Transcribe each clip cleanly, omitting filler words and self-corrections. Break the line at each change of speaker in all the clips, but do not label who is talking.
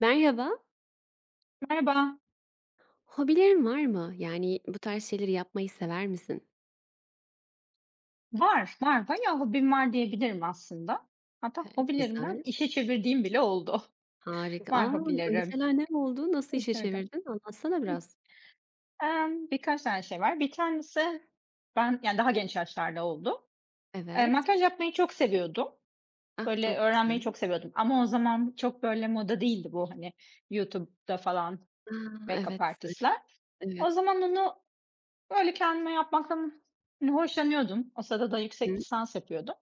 Merhaba,
Merhaba.
hobilerin var mı? Yani, bu tarz şeyleri yapmayı sever misin?
Var, var. Bayağı hobim var diyebilirim aslında. Hatta
Evet,
hobilerimden
güzel,
işe çevirdiğim bile oldu.
harika. A!
Var hobilerim.
Mesela ne oldu? Nasıl işe çevirdin? Anlatsana biraz.
Birkaç tane şey var. Bir tanesi ben yani daha genç yaşlarda oldu.
Evet.
Makyaj yapmayı çok seviyordum.
Ah,
Böyle
çok
öğrenmeyi
güzel.
çok seviyordum ama o zaman çok böyle moda değildi bu, hani, YouTube'da falan
A! Evet,
make-up artist'ler.
evet.
O zaman onu, böyle, kendime yapmaktan hoşlanıyordum. O sırada da
Hı,
yüksek lisans yapıyordum.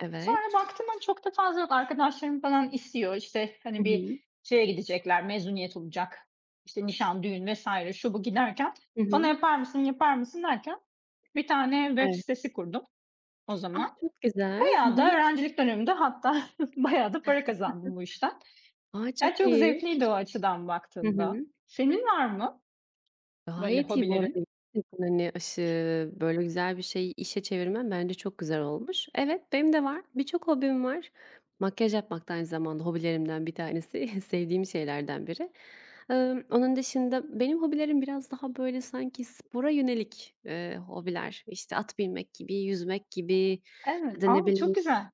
evet.
Sonra baktım, hani, çok da fazla yok. Arkadaşlarım falan istiyor, işte,
Hı
hani, bir
hı.
şeye gidecekler, mezuniyet olacak, işte, nişan, düğün vesaire şu bu giderken
Hı
bana
hı.
yapar mısın, yapar mısın derken bir tane web
Evet.
sitesi kurdum o
Ah,
zaman.
çok güzel. Hı
Bayağı da
hı.
öğrencilik dönemimde hatta bayağı da para kazandım bu işten.
A, çok
Ya, çok
iyi.
zevkliydi o açıdan
Hı
baktığında.
hı.
Senin var mı böyle
Gayet iyi bu
hobilerin?
arada. Gerçekten, hani, aşı böyle güzel bir şeyi işe çevirmen bence çok güzel olmuş. Evet, benim de var. Birçok hobim var. Makyaj yapmak da aynı zamanda hobilerimden bir tanesi. Sevdiğim şeylerden biri. Onun dışında benim hobilerim biraz daha böyle sanki spora yönelik, hobiler. İşte, at binmek gibi, yüzmek gibi ya
Evet.
da ne
A, çok
bileyim.
güzel.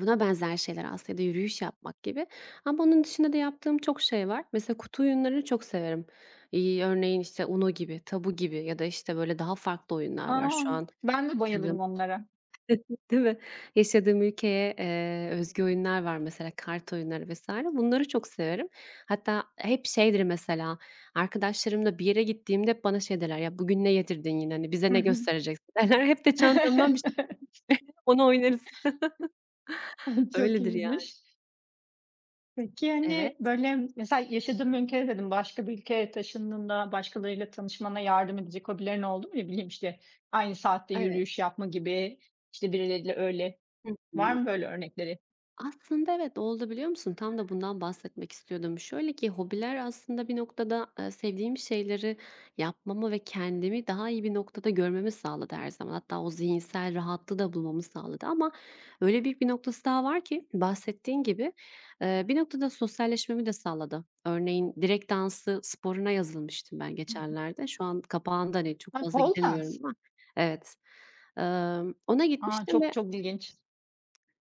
Buna benzer şeyler aslında ya da yürüyüş yapmak gibi. Ama onun dışında da yaptığım çok şey var. Mesela kutu oyunlarını çok severim. Örneğin, işte, UNO gibi, Tabu gibi ya da, işte, böyle daha farklı oyunlar var
A!
şu an
Ben de
yaşadığım.
bayılırım onlara.
Değil mi? Yaşadığım ülkeye, özgü oyunlar var mesela, kart oyunları vesaire. Bunları çok severim. Hatta hep şeydir mesela, arkadaşlarımla bir yere gittiğimde hep bana şey derler, "Ya, bugün ne yedirdin yine? Hani, bize
Hı
ne
hı.
göstereceksin?" derler. Hep de çantamdan bir şey onu oynarız.
Çok
Öyledir yani.
iyiymiş. Peki,
Evet.
hani, böyle, mesela yaşadığım bir ülkede dedin, başka bir ülkeye taşındığında başkalarıyla tanışmana yardım edecek hobilerin oldu mu? Ne bileyim, işte, aynı saatte
Evet.
yürüyüş yapma gibi, işte, birileriyle öyle
Hı
var
hı.
mı böyle örnekleri?
Aslında evet oldu biliyor musun? Tam da bundan bahsetmek istiyordum. Şöyle ki hobiler aslında bir noktada, sevdiğim şeyleri yapmamı ve kendimi daha iyi bir noktada görmemi sağladı her zaman. Hatta o zihinsel rahatlığı da bulmamı sağladı ama öyle büyük bir noktası daha var ki bahsettiğin gibi, bir noktada sosyalleşmemi de sağladı. Örneğin direkt dansı sporuna yazılmıştım ben
Hı hı.
geçenlerde. Şu an kapağında, hani, çok
Ha,
fazla
pole
gidemiyorum
dance.
ama evet. Ona
A,
gitmiştim
çok
ve
çok ilginç.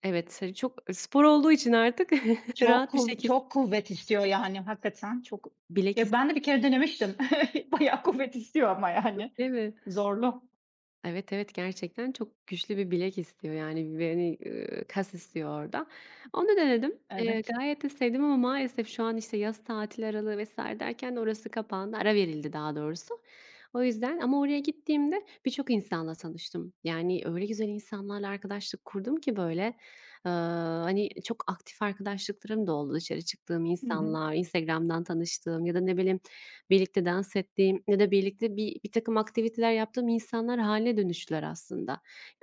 evet, hani, çok spor olduğu için artık
Çok
rahat bir
kuv
şekilde
çok kuvvet istiyor, yani, hakikaten çok.
bilek
Ya, ben de bir kere denemiştim. Bayağı kuvvet istiyor ama, yani,
istiyle ve
zorlu.
evet, evet, gerçekten çok güçlü bir bilek istiyor, yani, ve, hani, kas istiyor orada. Onu denedim.
Evet.
Gayet de sevdim ama maalesef şu an, işte, yaz tatili aralığı vesaire derken orası kapandı, ara verildi daha doğrusu. O yüzden ama oraya gittiğimde birçok insanla tanıştım. Yani, öyle güzel insanlarla arkadaşlık kurdum ki böyle, hani, çok aktif arkadaşlıklarım da oldu dışarı çıktığım
Hı hı.
insanlar, Instagram'dan tanıştığım ya da ne bileyim. Birlikte dans ettiğim ya da birlikte bir birtakım aktiviteler yaptığım insanlar hâline dönüştüler aslında.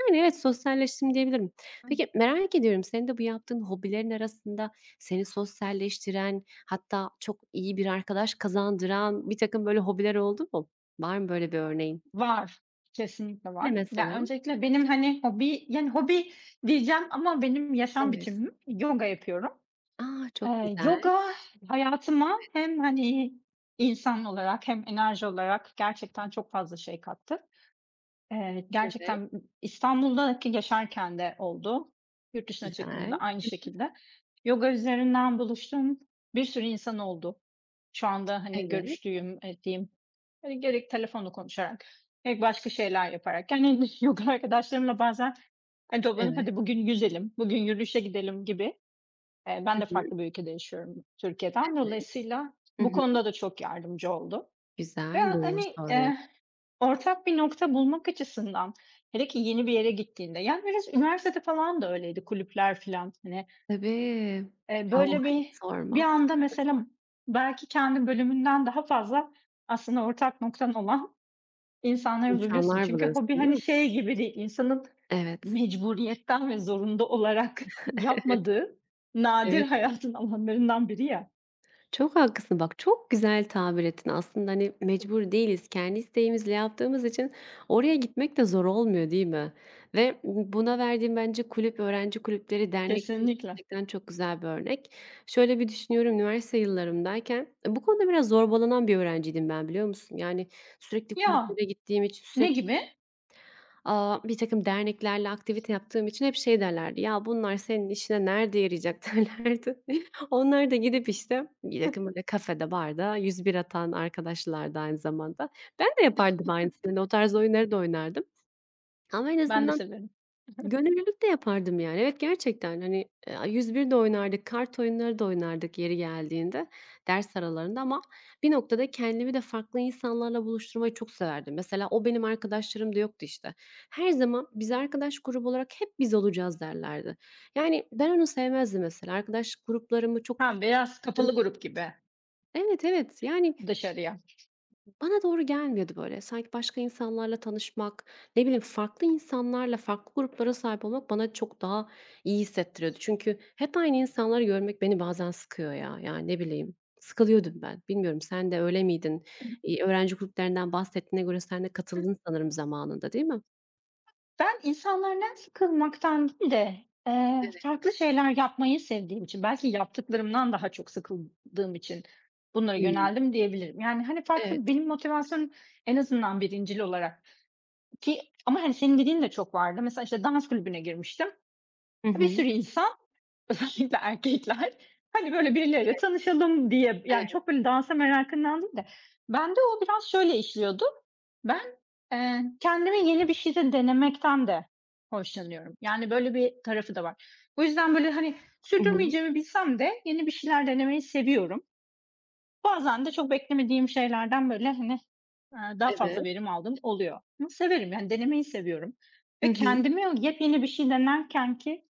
Yani, evet, sosyalleştim diyebilirim. Peki, merak ediyorum, senin de bu yaptığın hobilerin arasında seni sosyalleştiren, hatta çok iyi bir arkadaş kazandıran birtakım böyle hobiler oldu mu? Var mı böyle bir örneğin?
Var, kesinlikle
Ne
var. Ya,
mesela?
öncelikle benim, hani, hobi, yani, hobi diyeceğim ama benim yaşam
Evet.
biçimim yoga yapıyorum.
A, çok güzel.
Yoga hayatıma hem, hani, insan olarak hem enerji olarak gerçekten çok fazla şey kattı.
Evet,
Gerçekten, İstanbul'daki yaşarken de oldu. Yurt dışına çıktığımda
güzel.
aynı şekilde. Yoga üzerinden buluştuğum bir sürü insan oldu. Şu anda, hani,
Evet,
görüştüğüm, ettiğim. Hani gerek telefonla konuşarak, gerek başka şeyler yaparak. Yani yoga arkadaşlarımla bazen hani toplanıp
evet.
hadi bugün yüzelim, bugün yürüyüşe gidelim gibi. Ben
Hı
de
hı.
farklı bir ülkede yaşıyorum Türkiye'den.
Evet.
Dolayısıyla
Hı
bu
hı.
konuda da çok yardımcı oldu ve
Güzel, doğru
hani,
söylüyorsun.
ortak bir nokta bulmak açısından hele ki yeni bir yere gittiğinde, yani biraz üniversitede falan da öyleydi kulüpler falan. Hani,
Tabii. A,
böyle
hiç
bir
sorma.
anda mesela belki kendi bölümünden daha fazla aslında ortak noktan olan İnsanlara üzülüyorsun
İnsanlar
çünkü
buluyorsun,
hobi,
değil
hani,
mi?
şey gibi değil, insanın
Evet,
mecburiyetten ve zorunda olarak yapmadığı nadir
evet.
hayatın alanlarından biri ya.
Çok haklısın. Bak, çok güzel tabir ettin. Aslında, hani, mecbur değiliz. Kendi isteğimizle yaptığımız için oraya gitmek de zor olmuyor, değil mi? Ve buna verdiğim bence kulüp, öğrenci kulüpleri, dernekleri
Kesinlikle.
gerçekten çok güzel bir örnek. Şöyle bir düşünüyorum, üniversite yıllarımdayken bu konuda biraz zorbalanan bir öğrenciydim ben, biliyor musun? Yani, sürekli
Ya,
kulüplere gittiğim için,
ne
sürekli.
gibi?
Aa, bir takım derneklerle aktivite yaptığım için hep şey derlerdi, "Ya, bunlar senin işine nerede yarayacak?" derlerdi. Onlar da gidip, işte, birtakım böyle kafede, barda 101 atan arkadaşlardı aynı zamanda. Ben de yapardım aynısını. Hani, o tarz oyunları da oynardım ama en
Ben de
azından
severim.
gönüllülük de yapardım yani. Evet, gerçekten, hani, 101 de oynardık, kart oyunları da oynardık yeri geldiğinde ders aralarında ama bir noktada kendimi de farklı insanlarla buluşturmayı çok severdim. Mesela o benim arkadaşlarım da yoktu, işte. Her zaman biz arkadaş grubu olarak hep biz olacağız derlerdi. Yani ben onu sevmezdim mesela. Arkadaş gruplarımı çok
Ha, biraz kapalı grup gibi
evet, evet. Yani
dışarıya.
bana doğru gelmiyordu böyle. Sanki başka insanlarla tanışmak, ne bileyim farklı insanlarla, farklı gruplara sahip olmak bana çok daha iyi hissettiriyordu. Çünkü hep aynı insanları görmek beni bazen sıkıyor ya. Yani ne bileyim, sıkılıyordum ben. Bilmiyorum sen de öyle miydin? Öğrenci gruplarından bahsettiğine göre sen de katıldın sanırım zamanında, değil mi?
Ben insanlardan sıkılmaktan değil de,
Evet.
farklı şeyler yapmayı sevdiğim için, belki yaptıklarımdan daha çok sıkıldığım için bunlara
Hımm.
yöneldim diyebilirim. Yani, hani,
Evet.
farklı benim motivasyonum en azından birincil olarak. Ki ama, hani, senin dediğin de çok vardı. Mesela, işte, dans kulübüne girmiştim.
Hı
Bir
hı.
sürü insan, özellikle erkekler, hani, böyle birileriyle tanışalım diye, yani,
Evet.
çok böyle dansa merakından değil de bende o biraz şöyle işliyordu. Ben, kendime yeni bir şey de denemekten de hoşlanıyorum. Yani, böyle bir tarafı da var. Bu yüzden, böyle, hani,
Hı hı.
sürdürmeyeceğimi bilsem de yeni bir şeyler denemeyi seviyorum. Bazen de çok beklemediğim şeylerden, böyle, hani, daha
Evet.
fazla verim aldığım oluyor. Bunu severim, yani, denemeyi seviyorum
Hı
ve
hı.
kendimi yepyeni bir şey denerkenki,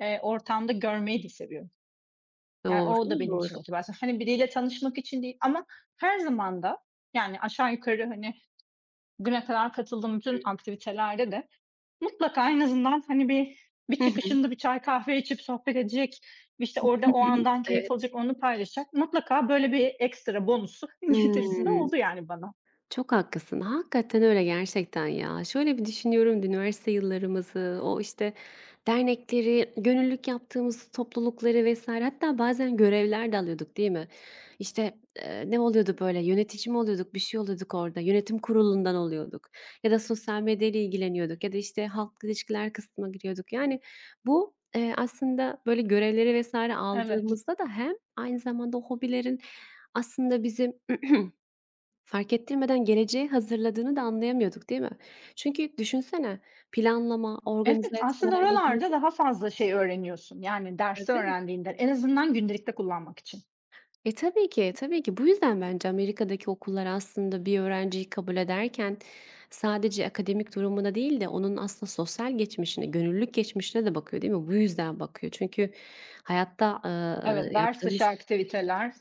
ortamda görmeyi de seviyorum. Yani, o da
Doğru,
benim için
doğru.
motivasyon. Hani, biriyle tanışmak için değil ama her zaman da, yani, aşağı yukarı, hani, bugüne kadar katıldığım bütün aktivitelerde de mutlaka en azından, hani, bir
Hı hı.
çıkışında bir çay kahve içip sohbet edecek, işte, orada o andan keyif
Evet.
alacak, onu paylaşacak. Mutlaka böyle bir ekstra bonusu getirisi de
Hımm.
oldu, yani, bana.
Çok haklısın. Hakikaten öyle gerçekten ya. Şöyle bir düşünüyorum üniversite yıllarımızı, o işte dernekleri, gönüllülük yaptığımız toplulukları vesaire. Hatta bazen görevler de alıyorduk değil mi? İşte, ne oluyordu böyle, yönetici mi oluyorduk, bir şey oluyorduk orada, yönetim kurulundan oluyorduk ya da sosyal medyayla ilgileniyorduk ya da işte halk ilişkiler kısmına giriyorduk. Yani bu, aslında böyle görevleri vesaire
Evet.
aldığımızda da hem aynı zamanda o hobilerin aslında bizim fark ettirmeden geleceği hazırladığını da anlayamıyorduk, değil mi? Çünkü düşünsene, planlama, organize
Evet,
etme ya
aslında
da ne bileyim
oralarda daha fazla şey öğreniyorsun, yani derste
değil mi?
öğrendiğinden. En azından gündelikte kullanmak için.
Tabii ki, tabii ki. Bu yüzden bence Amerika'daki okullar aslında bir öğrenciyi kabul ederken sadece akademik durumuna değil de onun aslında sosyal geçmişine, gönüllülük geçmişine de bakıyor, değil mi? Bu yüzden bakıyor. Çünkü hayatta,
Evet, ders dışı
yaptığımız
aktiviteler.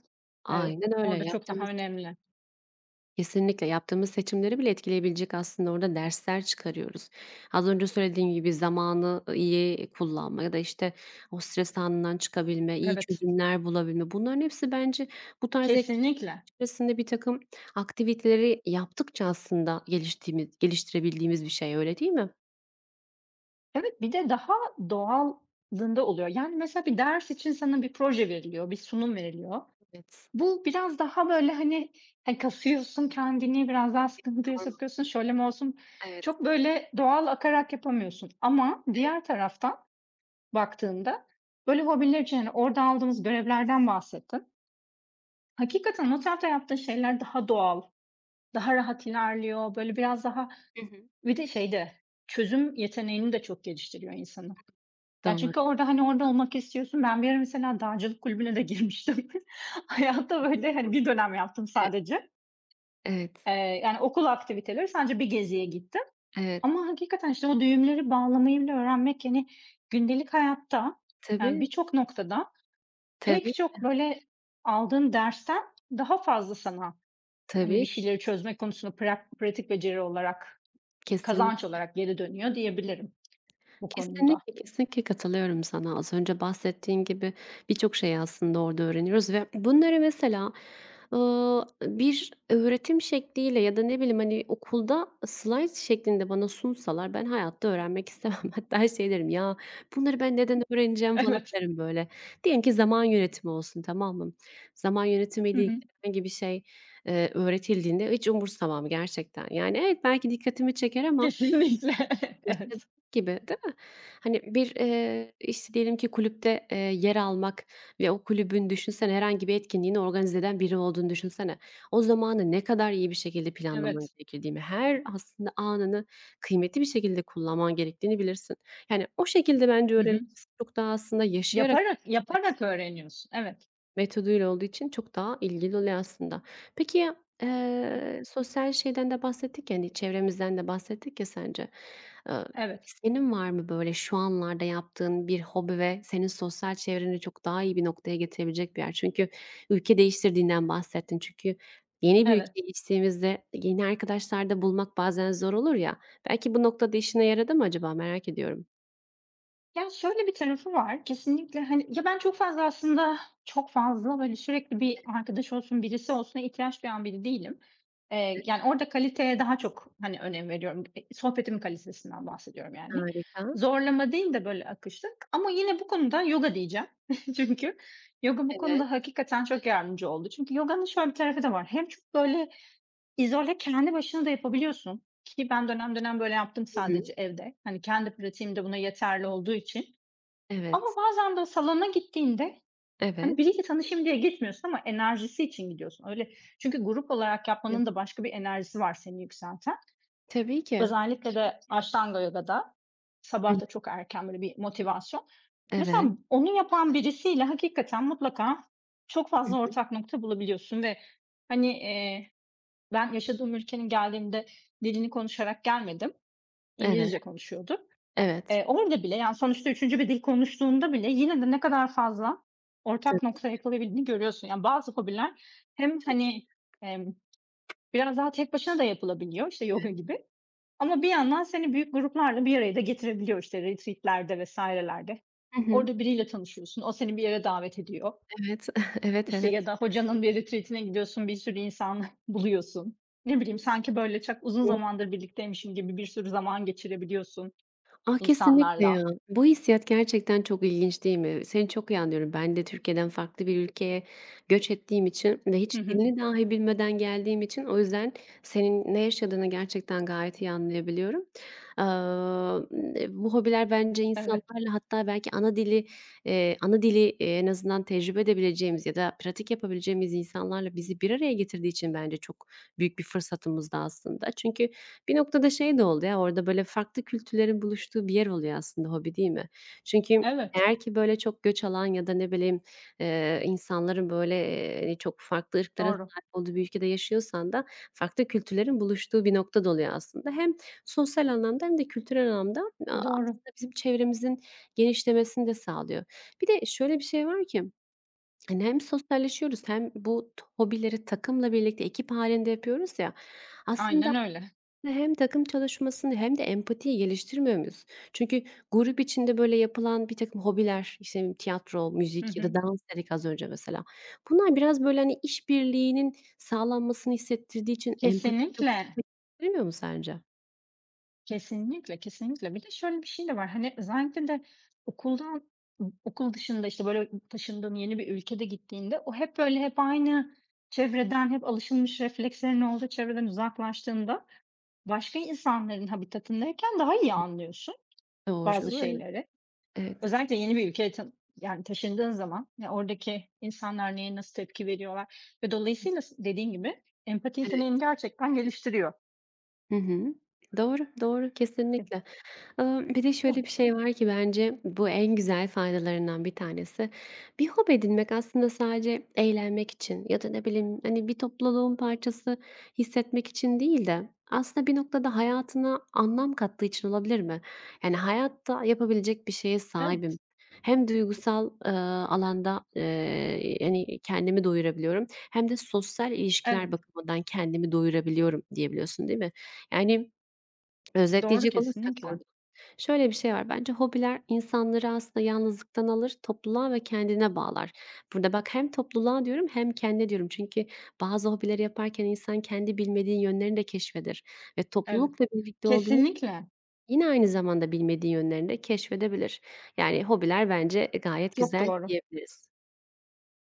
Evet,
aynen öyle.
orada çok
Yaptığımız,
daha önemli.
kesinlikle yaptığımız seçimleri bile etkileyebilecek aslında orada dersler çıkarıyoruz. Az önce söylediğim gibi zamanı iyi kullanma ya da işte o stres anından çıkabilme, iyi
Evet,
çözümler bulabilme bunların hepsi bence bu tarz ek
kesinlikle.
içerisinde bir takım aktiviteleri yaptıkça aslında geliştiğimiz geliştirebildiğimiz bir şey öyle değil mi?
Evet, bir de daha doğallığında oluyor. Yani mesela bir ders için sana bir proje veriliyor, bir sunum veriliyor.
Evet,
Bu biraz daha böyle, hani, kasıyorsun kendini, biraz daha sıkıntıya
doğru.
sokuyorsun, şöyle mi olsun?
Evet.
Çok böyle doğal akarak yapamıyorsun ama diğer taraftan baktığında, böyle hobiler için, hani, orada aldığımız görevlerden bahsettin. Hakikaten o tarafta yaptığın şeyler daha doğal, daha rahat ilerliyor. Böyle biraz daha
Hı hı.
bir de şeyde, çözüm yeteneğini de çok geliştiriyor insanın. Yani
Doğru.
çünkü orada, hani, orada olmak istiyorsun. Ben bir ara mesela dağcılık kulübüne de girmiştim. Hayatta böyle, hani, bir dönem yaptım
E
sadece.
evet,
Yani, okul aktiviteleri, sadece bir geziye gittim
evet.
ama hakikaten, işte, o düğümleri bağlamayı bile öğrenmek, yani, gündelik hayatta, yani,
Tabii,
birçok noktada
tabii,
pek çok böyle aldığın dersten daha fazla sana, hani, bir
tabii.
şeyleri çözme konusunda pratik beceri olarak, kazanç
Kesinlikle.
olarak geri dönüyor diyebilirim bu konuda.
Kesinlikle, kesinlikle katılıyorum sana. Az önce bahsettiğin gibi birçok şeyi aslında orada öğreniyoruz ve bunları mesela, bir öğretim şekliyle ya da ne bileyim, hani, okulda slayt şeklinde bana sunsalar ben hayatta öğrenmek istemem. Hatta şey derim, "Ya, bunları ben neden öğreneceğim?" falan
Evet.
derim böyle. Diyelim ki zaman yönetimi olsun, tamam mı? Zaman
Hı
yönetimiyle ilgili
hı.
herhangi bir şey, öğretildiğinde hiç umursamam gerçekten. Yani evet, belki dikkatimi çeker ama
Kesinlikle.
işte,
Evet.
gibi, değil mi? Hani, bir, işte, diyelim ki kulüpte, yer almak ve o kulübün düşünsene herhangi bir etkinliğini organize eden biri olduğunu düşünsene. O zamanı ne kadar iyi bir şekilde planlaman
Evet.
gerektiğini, her aslında anını kıymetli bir şekilde kullanman gerektiğini bilirsin. Yani, o şekilde bence
Hı hı.
öğrenirsin. Çok daha aslında yaşayarak
Yaparak yaparak öğreniyorsun. Evet.
metoduyla olduğu için çok daha ilgili oluyor aslında. Peki, sosyal şeyden de bahsettik ya, hani, çevremizden de bahsettik ya sence. Eee,
Evet.
Senin var mı böyle şu anlarda yaptığın bir hobi ve senin sosyal çevreni çok daha iyi bir noktaya getirebilecek bir yer? Çünkü ülke değiştirdiğinden bahsettin. Çünkü yeni bir
Evet.
ülkeye geçtiğimizde yeni arkadaşlar da bulmak bazen zor olur ya. Belki bu noktada işine yaradı mı acaba? Merak ediyorum.
Ya, şöyle bir tarafı var, kesinlikle, hani, ya, ben çok fazla aslında çok fazla, böyle, sürekli bir arkadaş olsun, birisi olsuna ihtiyaç duyan biri değilim. Yani, orada kaliteye daha çok, hani, önem veriyorum. Sohbetimin kalitesinden bahsediyorum, yani.
Harika.
Zorlama değil de, böyle, akışlık ama yine bu konuda yoga diyeceğim. Çünkü yoga bu
Evet.
konuda hakikaten çok yardımcı oldu. Çünkü yoganın şöyle bir tarafı da var. Hem çok, böyle, izole, kendi başına da yapabiliyorsun ki ben dönem dönem böyle yaptım
Hı hı.
sadece evde. Hani, kendi pratiğim de buna yeterli olduğu için.
Evet.
Ama bazen de salona gittiğinde,
Evet.
hani, biriyle tanışayım diye gitmiyorsun ama enerjisi için gidiyorsun. Öyle çünkü grup olarak
Evet.
yapmanın da başka bir enerjisi var seni yükselten.
Tabii ki.
Özellikle de Ashtanga Yoga'da sabah da çok erken böyle bir motivasyon. Mesela
Evet.
onu yapan birisiyle hakikaten mutlaka çok
Hı
fazla
hı.
ortak nokta bulabiliyorsun ve, hani, ben yaşadığım ülkenin geldiğimde dilini konuşarak gelmedim,
Evet,
İngilizce konuşuyordu.
evet.
Orada bile, yani, sonuçta üçüncü bir dil konuştuğunda bile yine de ne kadar fazla ortak
Tabii,
nokta yakalayabildiğini görüyorsun. Yani, bazı hobiler hem,
tabii.
hani, emm, biraz daha tek başına da yapılabiliyor, işte, yoga gibi ama bir yandan seni büyük gruplarla bir araya da getirebiliyor, işte, retreat'lerde vesaire lerde.
Hı hı.
Orada biriyle tanışıyorsun, o seni bir yere davet ediyor.
Evet. Evet,
İşte,
evet.
ya da hocanın bir retreat'ine gidiyorsun, bir sürü insan buluyorsun. Ne bileyim, sanki, böyle, çok uzun zamandır birlikteymişim gibi bir sürü zaman geçirebiliyorsun
Ah, kesinlikle
insanlarla.
ya. Bu hissiyat gerçekten çok ilginç değil mi? Seni çok iyi anlıyorum. Ben de Türkiye'den farklı bir ülkeye göç ettiğim için ve
Hı
hiç
hı,
dilini dahi bilmeden geldiğim için o yüzden senin ne yaşadığını gerçekten gayet iyi anlayabiliyorum. Aaa, bu hobiler bence
evet.
insanlarla hatta belki ana dili, en azından tecrübe edebileceğimiz ya da pratik yapabileceğimiz insanlarla bizi bir araya getirdiği için bence çok büyük bir fırsatımız da aslında. Çünkü bir noktada şey de oldu ya, orada böyle farklı kültürlerin buluştuğu bir yer oluyor aslında hobi, değil mi? Çünkü
Evet,
eğer ki böyle çok göç alan ya da ne bileyim, insanların böyle, hani çok farklı ırklara
doğru,
sahip olduğu bir ülkede yaşıyorsan da farklı kültürlerin buluştuğu bir nokta da oluyor aslında. Hem sosyal anlamda hem de kültürel anlamda
doğru.
aslında bizim çevremizin genişlemesini de sağlıyor. Bir de şöyle bir şey var ki, hani, hem sosyalleşiyoruz hem bu hobileri takımla birlikte ekip halinde yapıyoruz ya, aslında
Aynen öyle.
hem takım çalışmasını hem de empatiyi geliştirmiyor muyuz? Çünkü grup içinde, böyle, yapılan birtakım hobiler, işte, tiyatro,
Hı
müzik ya da
hı.
dans dedik az önce mesela. Bunlar biraz, böyle, hani, işbirliğinin sağlanmasını hissettirdiği için empati de
Kesinlikle,
göstermiyor mu sence?
kesinlikle, kesinlikle. Bir de şöyle bir şey de var, hani, özellikle de okuldan okul dışında, işte, böyle, taşındığın yeni bir ülkede gittiğinde o hep, böyle, hep aynı çevreden, hep alışılmış reflekslerin olduğu çevreden uzaklaştığında başka insanların habitatındayken daha iyi anlıyorsun bazı
Doğru. Evet.
şeyleri.
Evet.
Özellikle yeni bir ülkeye yani taşındığın zaman, ya, oradaki insanlar neye nasıl tepki veriyorlar ve dolayısıyla dediğin gibi empati
Evet.
yeteneğini gerçekten geliştiriyor.
Hı hı. Doğru, doğru. Kesinlikle. Bir de şöyle bir
Evet,
şey var ki bence bu en güzel faydalarından bir tanesi. Bir hobi edinmek aslında sadece eğlenmek için ya da ne bileyim, hani, bir topluluğun parçası hissetmek için değil de aslında bir noktada hayatına anlam kattığı için olabilir mi? Yani, hayatta yapabilecek bir şeye sahibim.
evet,
Hem duygusal, alanda, yani, kendimi doyurabiliyorum hem de sosyal ilişkiler
evet.
bakımından kendimi doyurabiliyorum diyebiliyorsun, değil mi? Yani,
Doğru
özetleyecek olursak
kesinlikle.
burada şöyle bir şey var, bence hobiler insanları aslında yalnızlıktan alır, topluluğa ve kendine bağlar. Burada bak hem topluluğa diyorum hem kendine diyorum. Çünkü bazı hobileri yaparken insan kendi bilmediği yönlerini de keşfedir ve
Evet,
toplulukla birlikte olduğunu
kesinlikle.
yine aynı zamanda bilmediği yönlerini de keşfedebilir. Yani hobiler bence gayet
Çok
güzel
doğru.
diyebiliriz.